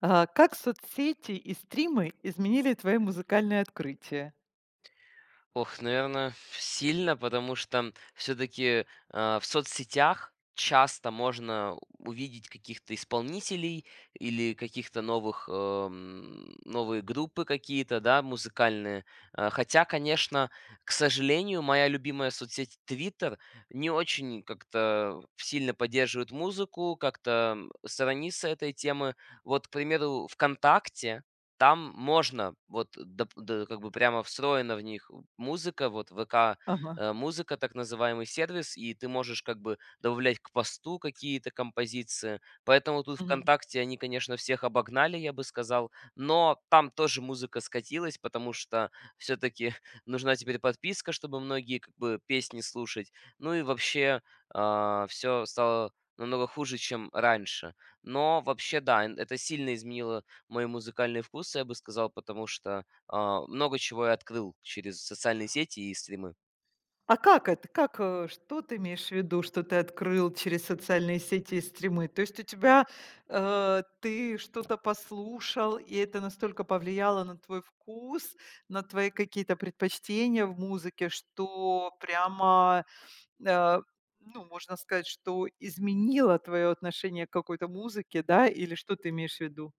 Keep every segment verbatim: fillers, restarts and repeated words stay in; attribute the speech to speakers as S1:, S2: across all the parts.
S1: А, как соцсети и стримы изменили твои музыкальные открытия?
S2: Ох, наверное, сильно, потому что все-таки в соцсетях часто можно увидеть каких-то исполнителей или каких-то новых, эм, новые группы какие-то, да, музыкальные. Э, Хотя, конечно, к сожалению, моя любимая соцсеть Twitter не очень как-то сильно поддерживает музыку, как-то м, сторонится этой темы. Вот, к примеру, ВКонтакте, там можно, вот, доп д как бы прямо встроена в них музыка, вот ВК,
S1: Ага.
S2: э, музыка, так называемый сервис, и ты можешь как бы добавлять к посту какие-то композиции. Поэтому тут
S1: Мгм.
S2: "ВКонтакте" они, конечно, всех обогнали, я бы сказал, но там тоже музыка скатилась, потому что все таки нужна теперь подписка, чтобы многие как бы песни слушать. Ну и вообще, все стало намного хуже, чем раньше. Но вообще, да, н это сильно изменило мой музыкальный вкус, я бы сказал, потому что, а, много чего я открыл через социальные сети и стримы.
S1: А как это? Как, э, что ты имеешь в виду, что ты открыл через социальные сети и стримы? То есть у тебя, э, ты что-то послушал, и это настолько повлияло на твой вкус, на твои какие-то предпочтения в музыке, что прямо, э, ну, можно сказать, что изменило твое отношение к какой-то музыке, да? Или что ты имеешь в виду?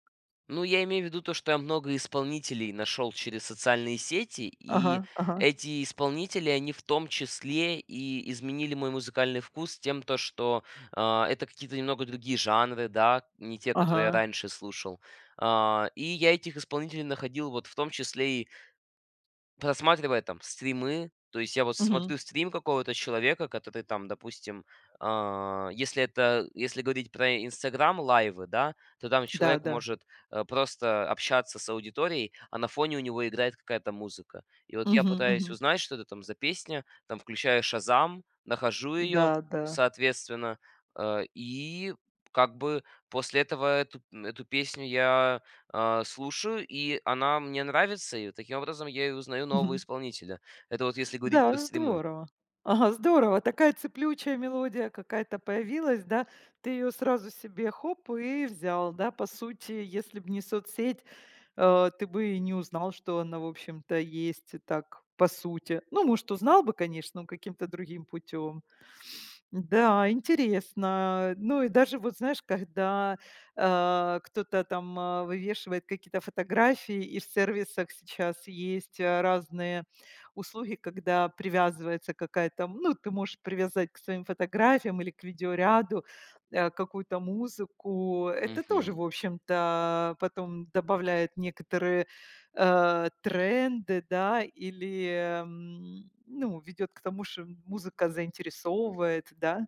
S2: Ну, я имею в виду то, что я много исполнителей нашел через социальные сети,
S1: Ага,
S2: и
S1: ага,
S2: эти исполнители, они в том числе и изменили мой музыкальный вкус тем, то что, а, это какие-то немного другие жанры, да, не те, которые
S1: ага.
S2: я раньше слушал. А, и я этих исполнителей находил вот в том числе и просматривая там стримы, то есть я вот
S1: Мгм.
S2: смотрю стрим какого-то человека, который там, допустим, а, если это если говорить про "Инстаграм" лайвы, да, то там
S1: Да,
S2: человек
S1: да.
S2: может, э, просто общаться с аудиторией, а на фоне у него играет какая-то музыка. И вот я
S1: Мгм,
S2: пытаюсь
S1: мгм.
S2: узнать, что это там за песня, там включаю "Шазам", нахожу ее,
S1: Да, да.
S2: соответственно, э, и как бы после этого эту эту песню я а, слушаю, и она мне нравится, и таким образом я и узнаю нового
S1: Мгм.
S2: исполнителя. Это вот если говорить про
S1: Да,
S2: стримы.
S1: здорово. Ага, здорово. Такая цеплючая мелодия какая-то появилась, да. Ты ее сразу себе хоп и взял, да. По сути, если бы не соцсеть, э, ты бы и не узнал, что она, в общем-то, есть и так по сути. Ну, может, узнал бы, конечно, но каким-то другим путем. Да, интересно. Ну и даже вот знаешь, когда, а, кто-то там, а, вывешивает какие-то фотографии, и в сервисах сейчас есть, а, разные услуги, когда привязывается какая-то, м, ну, ты можешь привязать к своим фотографиям или к видеоряду, э, какую-то музыку. Это тоже,
S2: Мгм.
S1: в общем-то, потом добавляет некоторые, э, тренды, да, или, м, ну, ведет к тому, что музыка заинтересовывает, да.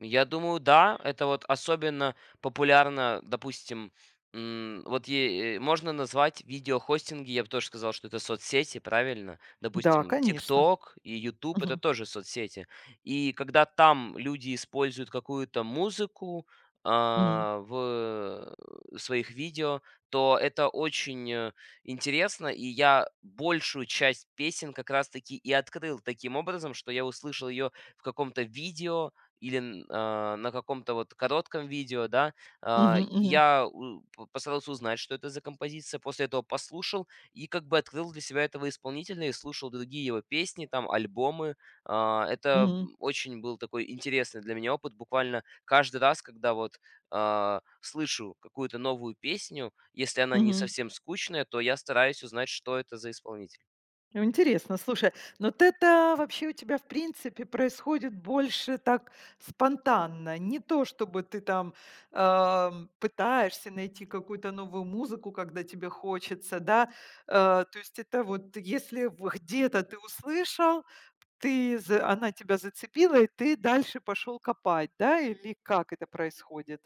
S2: Я думаю, да. Это вот особенно популярно, допустим, м, вот е- э, можно назвать видеохостинги, я бы тоже сказал, что это соцсети, правильно?
S1: Да,
S2: Допустим,
S1: конечно.
S2: TikTok и YouTube это
S1: Мгм.
S2: тоже соцсети. И когда там люди используют какую-то музыку
S1: Мгм.
S2: а, в э, своих видео, то это очень э, интересно, и я большую часть песен как раз-таки и открыл таким образом, что я услышал ее в каком-то видео, или н- а, на каком-то вот коротком видео, да, а,
S1: Мгм. Мгм.
S2: я у- п- постарался узнать, что это за композиция, после этого послушал и как бы открыл для себя этого исполнителя и слушал другие его песни, там, альбомы. А, Это
S1: Мгм.
S2: очень был такой интересный для меня опыт. Буквально каждый раз, когда вот а, слышу какую-то новую песню, если она не
S1: Мгм.
S2: совсем скучная, то я стараюсь узнать, что это за исполнитель.
S1: Ну, интересно, слушай, но вот это вообще у тебя, в принципе, происходит больше так спонтанно. Не то, чтобы ты там, ам, пытаешься найти какую-то новую музыку, когда тебе хочется, да. Э, то есть это вот если в где-то ты услышал, ты за, она тебя зацепила, и ты дальше пошел копать, да, или как это происходит?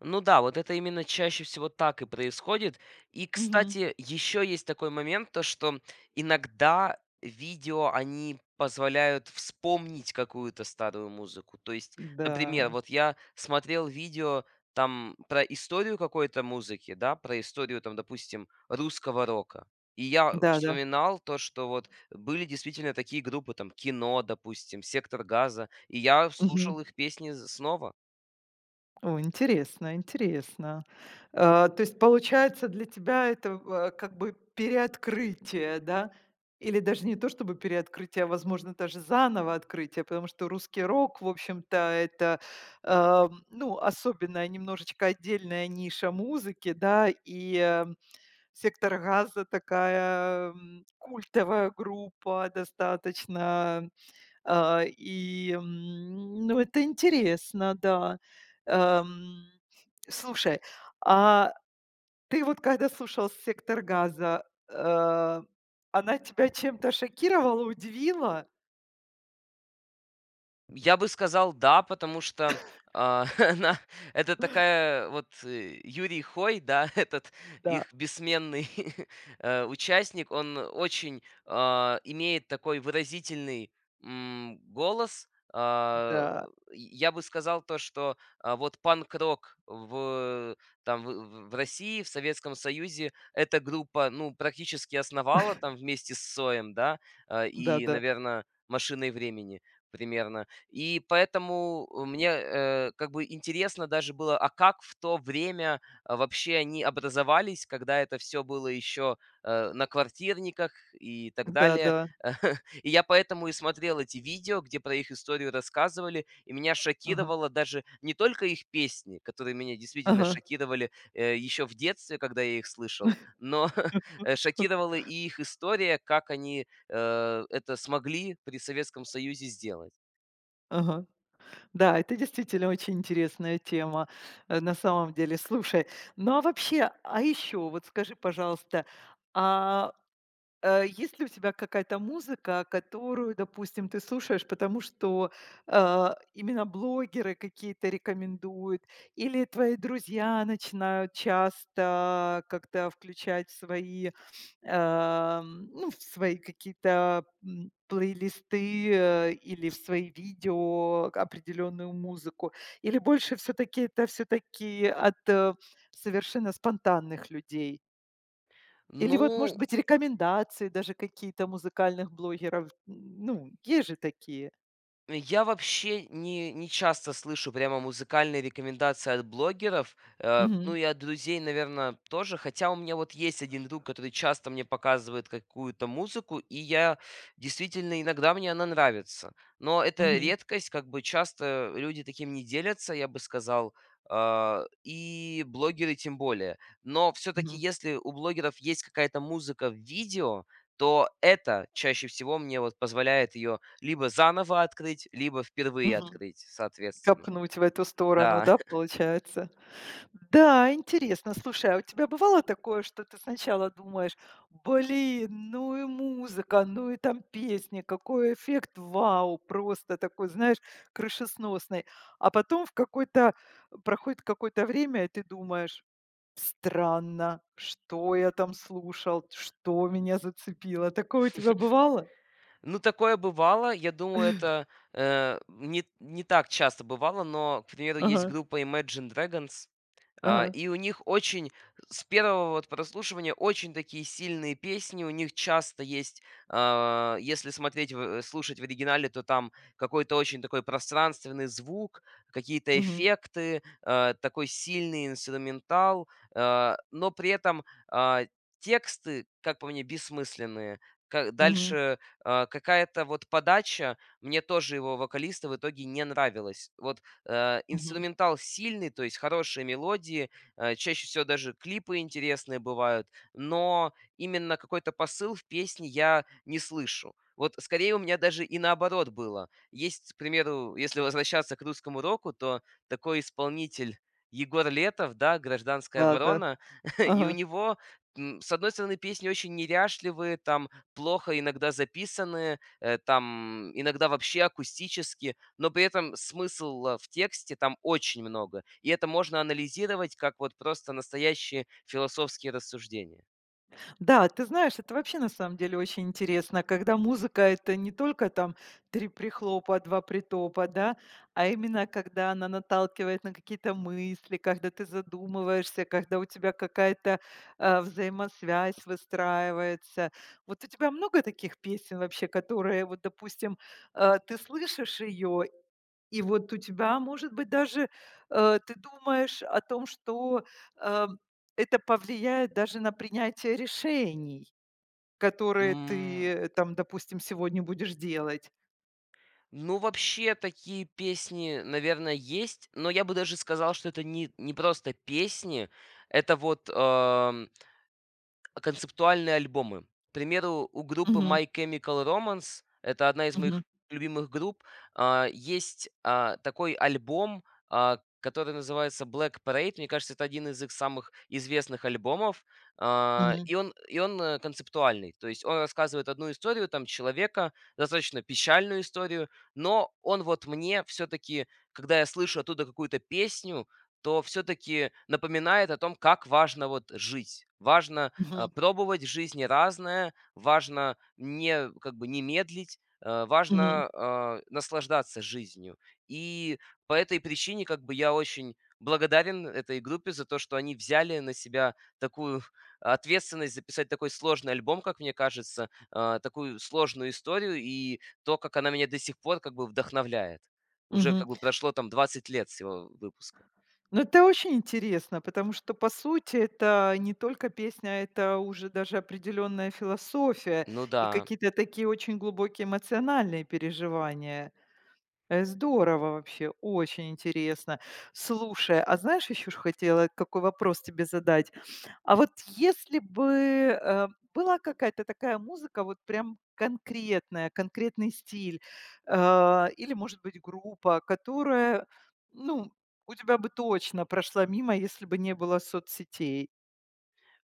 S2: Ну да, вот это именно чаще всего так и происходит. И,
S1: Мгм.
S2: кстати, еще есть такой момент, то что иногда видео, они позволяют вспомнить какую-то старую музыку. То есть, например,
S1: Да.
S2: вот я смотрел видео там про историю какой-то музыки, да, про историю там, допустим, русского рока. И я
S1: Да-да.
S2: вспоминал то, что вот были действительно такие группы, там, Кино, допустим, Сектор Газа, и я
S1: Мгм.
S2: слушал их песни з- снова.
S1: О, интересно, интересно. А, то есть получается для тебя это, а, как бы переоткрытие, да? Или даже не то чтобы переоткрытие, а, возможно, даже заново открытие, потому что русский рок, в общем-то, это, а, ну, особенная, немножечко отдельная ниша музыки, да, и, э, «Сектор газа» такая, м, культовая группа достаточно, а, и, м, ну, это интересно, да. Эм, слушай, а ты вот когда слушал "Сектор газа", э, она тебя чем-то шокировала, удивила?
S2: Я бы сказал, да, потому что, а, она это такая вот, э, Юрий Хой, да, этот
S1: Да,
S2: их бессменный, э, участник, он очень, а, имеет такой выразительный, м, голос. А,
S1: да,
S2: я бы сказал то, что, а, вот панк-рок в там в в России, в Советском Союзе эта группа, ну, практически основала там вместе с Соем, да, а, и,
S1: да-да,
S2: наверное, "Машиной времени" примерно. И поэтому э, мне, э, как бы интересно даже было, а как в то время, а, вообще они образовались, когда это все было еще, э, на квартирниках и так далее.
S1: да-да,
S2: И я поэтому и смотрел эти видео, где про их историю рассказывали, и меня
S1: ага,
S2: шокировало даже не только их песни, которые меня действительно
S1: ага,
S2: шокировали, э, еще в детстве, когда я их слышал, но, э, шокировала и их история, как они, э, это смогли при Советском Союзе сделать.
S1: ага. Да, это действительно очень интересная тема, э, на самом деле. Слушай, ну, а вообще, а еще вот скажи, пожалуйста, а Э, есть ли у тебя какая-то музыка, которую, допустим, ты слушаешь, потому что, а, именно блогеры какие-то рекомендуют, или твои друзья начинают часто как-то включать в свои, ам, ну, в свои какие-то, м, плейлисты, э, или в свои видео определенную музыку? Или больше все таки это все таки от, э, совершенно спонтанных людей? Или вот, может
S2: Ну,
S1: быть, рекомендации даже какие-то музыкальных блогеров. Ну, есть же такие.
S2: я вообще не, не часто слышу прямо музыкальные рекомендации от блогеров, э, ну
S1: Мгм.
S2: и от друзей, наверное, тоже. Хотя у меня вот есть один друг, который часто мне показывает какую-то музыку, и я действительно иногда мне она нравится. Но это
S1: Мгм.
S2: редкость, как бы часто люди таким не делятся, я бы сказал, а, и блогеры тем более. Но все-таки,
S1: Мгм.
S2: если у блогеров есть какая-то музыка в видео, то это чаще всего мне вот позволяет ее либо заново открыть, либо впервые
S1: Мгм.
S2: открыть, соответственно.
S1: Копнуть в эту сторону,
S2: Да.
S1: да, получается? Да, интересно. Слушай, а у тебя бывало такое, что ты сначала думаешь: "Блин, ну и музыка, ну и там песни, какой эффект, вау!" Просто такой, знаешь, крышесносный. А потом в какой-то проходит какое-то время, и ты думаешь: странно, что я там слушал, что меня зацепило. Такое у тебя бывало?
S2: Ну, такое бывало. Я думаю, это, э, не не так часто бывало, но, к примеру, есть
S1: Ага,
S2: группа Imagine Dragons. А,
S1: ага.
S2: и у них очень с первого вот прослушивания очень такие сильные песни. У них часто есть, а, если смотреть, в слушать в оригинале, то там какой-то очень такой пространственный звук, какие-то
S1: Мгм,
S2: эффекты, э, такой сильный инструментал, э, но при этом, а, тексты, как по мне, бессмысленные. Ка
S1: мгм,
S2: дальше, а, какая-то вот подача, мне тоже его вокалиста в итоге не нравилась. Вот Э,
S1: мгм.
S2: инструментал сильный, то есть хорошие мелодии, э, чаще всего даже клипы интересные бывают, но именно какой-то посыл в песне я не слышу. Вот скорее у меня даже и наоборот было. Есть, к примеру, если возвращаться к русскому року, то такой исполнитель Егор Летов, да, «Гражданская
S1: Да, да.
S2: оборона», и у
S1: Ага.
S2: него, м, с одной стороны, песни очень неряшливые, там плохо иногда записанные, э, там иногда вообще акустически, но при этом смысла в тексте там очень много. И это можно анализировать как вот просто настоящие философские рассуждения.
S1: Да, ты знаешь, это вообще на самом деле очень интересно, когда музыка — это не только там три прихлопа, два притопа, да, а именно когда она наталкивает на какие-то мысли, когда ты задумываешься, когда у тебя какая-то, а, взаимосвязь выстраивается. Вот у тебя много таких песен вообще, которые вот, допустим, а, ты слышишь ее. И вот у тебя, может быть, даже, э, ты думаешь о том, что, э, это повлияет даже на принятие решений, которые ты
S2: М,
S1: э, там, допустим, сегодня будешь делать.
S2: Ну, вообще, такие песни, наверное, есть, но я бы даже сказал, что это не, не просто песни, это вот эм, концептуальные альбомы. К примеру, у группы
S1: Мгм.
S2: My Chemical Romance, это одна из моих
S1: Мгм.
S2: любимых групп, а, есть а, такой альбом, а, который называется Black Parade. Мне кажется, это один из их самых известных альбомов. А,
S1: Мгм.
S2: и он, и он э, концептуальный. То есть он рассказывает одну историю там человека, достаточно печальную историю, но он вот мне все-таки, когда я слышу оттуда какую-то песню, то все-таки напоминает о том, как важно вот жить. Важно Э,
S1: Мгм.
S2: пробовать в жизни разное, важно не как бы не медлить, э,
S1: Мгм.
S2: важно, а, наслаждаться жизнью. И по этой причине как бы я очень благодарен этой группе за то, что они взяли на себя такую ответственность записать такой сложный альбом, как мне кажется, а, такую сложную историю и то, как она меня до сих пор как бы вдохновляет. Уже как
S1: Мгм.
S2: бы прошло там двадцать лет с его выпуска.
S1: Ну, это очень интересно, потому что, по сути, это не только песня, а это уже даже определенная философия
S2: Ну
S1: и
S2: да.
S1: какие-то такие очень глубокие эмоциональные переживания. Э, здорово вообще, очень интересно. Слушай, а знаешь, еще ж хотела какой вопрос тебе задать. А вот если бы, э, была какая-то такая музыка, вот прям конкретная, конкретный стиль, э, или, может быть, группа, которая, ну, у тебя бы точно прошла мимо, если бы не было соцсетей.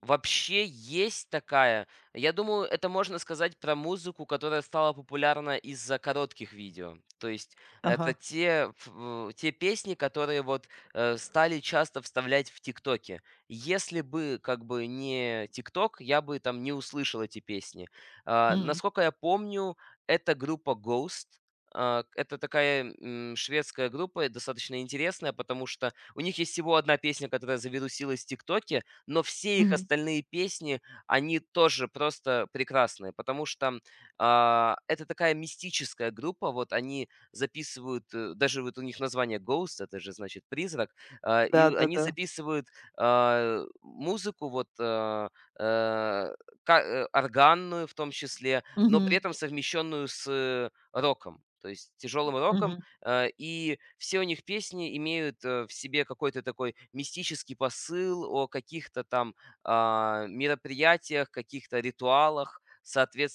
S2: Вообще есть такая. Я думаю, это можно сказать про музыку, которая стала популярна из-за коротких видео. То есть это
S1: Ага.
S2: те, ф- в- те песни, которые вот э, стали часто вставлять в ТикТоке. Если бы как бы не ТикТок, я бы там не услышал эти песни. А,
S1: М,
S2: насколько я помню, это группа Ghost. А, Это такая м, шведская группа, и достаточно интересная, потому что у них есть всего одна песня, которая завирусилась в ТикТоке, но все их
S1: мгм.
S2: остальные песни, они тоже просто прекрасные, потому что, а, это такая мистическая группа. Вот они записывают, э, даже вот у них название Ghost, это же значит "призрак", а, и они
S1: Да-да-да.
S2: записывают, а, музыку вот, а, э, ка э, органную в том числе, но при
S1: Мгм.
S2: этом совмещенную с э, роком, то есть тяжелым роком.
S1: Мгм.
S2: Э, и все у них песни имеют э, в себе какой-то такой мистический посыл о каких-то там а, мероприятиях, каких-то ритуалах.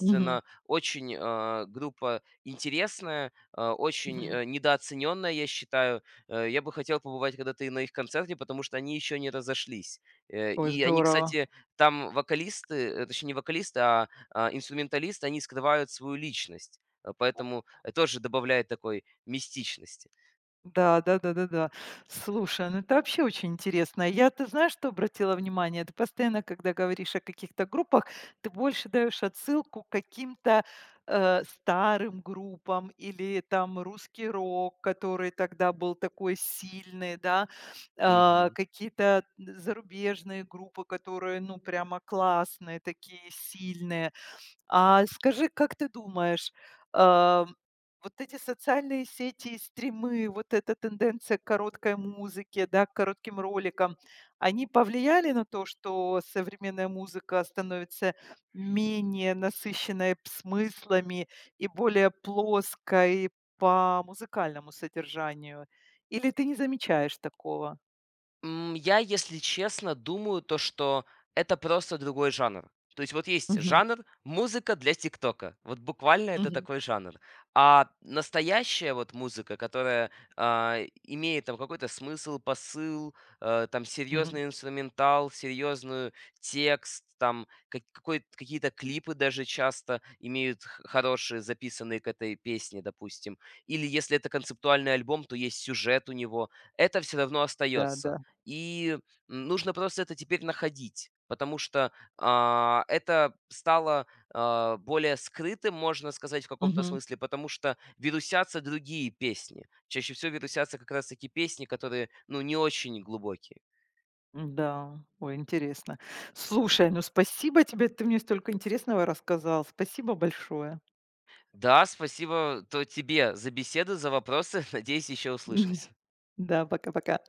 S1: Мгм.
S2: очень э, группа интересная, э, очень
S1: Мгм.
S2: э, недооцененная, я считаю. Э, я бы хотел побывать когда-то и на их концерте, потому что они еще не разошлись. Э,
S1: Ой,
S2: и они,
S1: здорово.
S2: кстати, там вокалисты, э, точнее не вокалисты, а, а, инструменталисты, они скрывают свою личность. Э, Поэтому э, тоже добавляет такой мистичности.
S1: Да, да-да-да-да. Слушай, ну это вообще очень интересно. Я, ты знаешь, что обратила внимание? Ты постоянно, когда говоришь о каких-то группах, ты больше даешь отсылку к каким-то э, старым группам или там русский рок, который тогда был такой сильный, да, а,
S2: Мгм.
S1: какие-то зарубежные группы, которые, ну, прямо классные, такие сильные. А скажи, как ты думаешь, ам, вот эти социальные сети и стримы, вот эта тенденция к короткой музыке, да, к коротким роликам, они повлияли на то, что современная музыка становится менее насыщенной смыслами и более плоской по музыкальному содержанию? Или ты не замечаешь такого?
S2: М, я, если честно, думаю, то, что это просто другой жанр. То есть вот есть
S1: Мгм,
S2: жанр музыка для "Тиктока". Вот буквально это
S1: мгм,
S2: такой жанр. А настоящая вот музыка, которая, а, имеет там какой-то смысл, посыл, э, там
S1: мгм.
S2: серьезный инструментал, серьезную текст, там как какой какие-то клипы даже часто имеют х хорошие, записанные к этой песне, допустим. Или если это концептуальный альбом, то есть сюжет у него. Это все равно остается.
S1: Да,
S2: И нужно просто это теперь находить, потому что а, это стало а, более скрытым, можно сказать, в каком-то
S1: да.
S2: смысле, потому что вирусятся другие песни. Чаще всего вирусятся как раз-таки песни, которые, ну, не очень глубокие.
S1: Да, ой, интересно. Слушай, ну спасибо тебе, ты мне столько интересного рассказал. Спасибо большое.
S2: Да, спасибо то тебе за беседу, за вопросы. Надеюсь, еще услышимся.
S1: Да, пока-пока.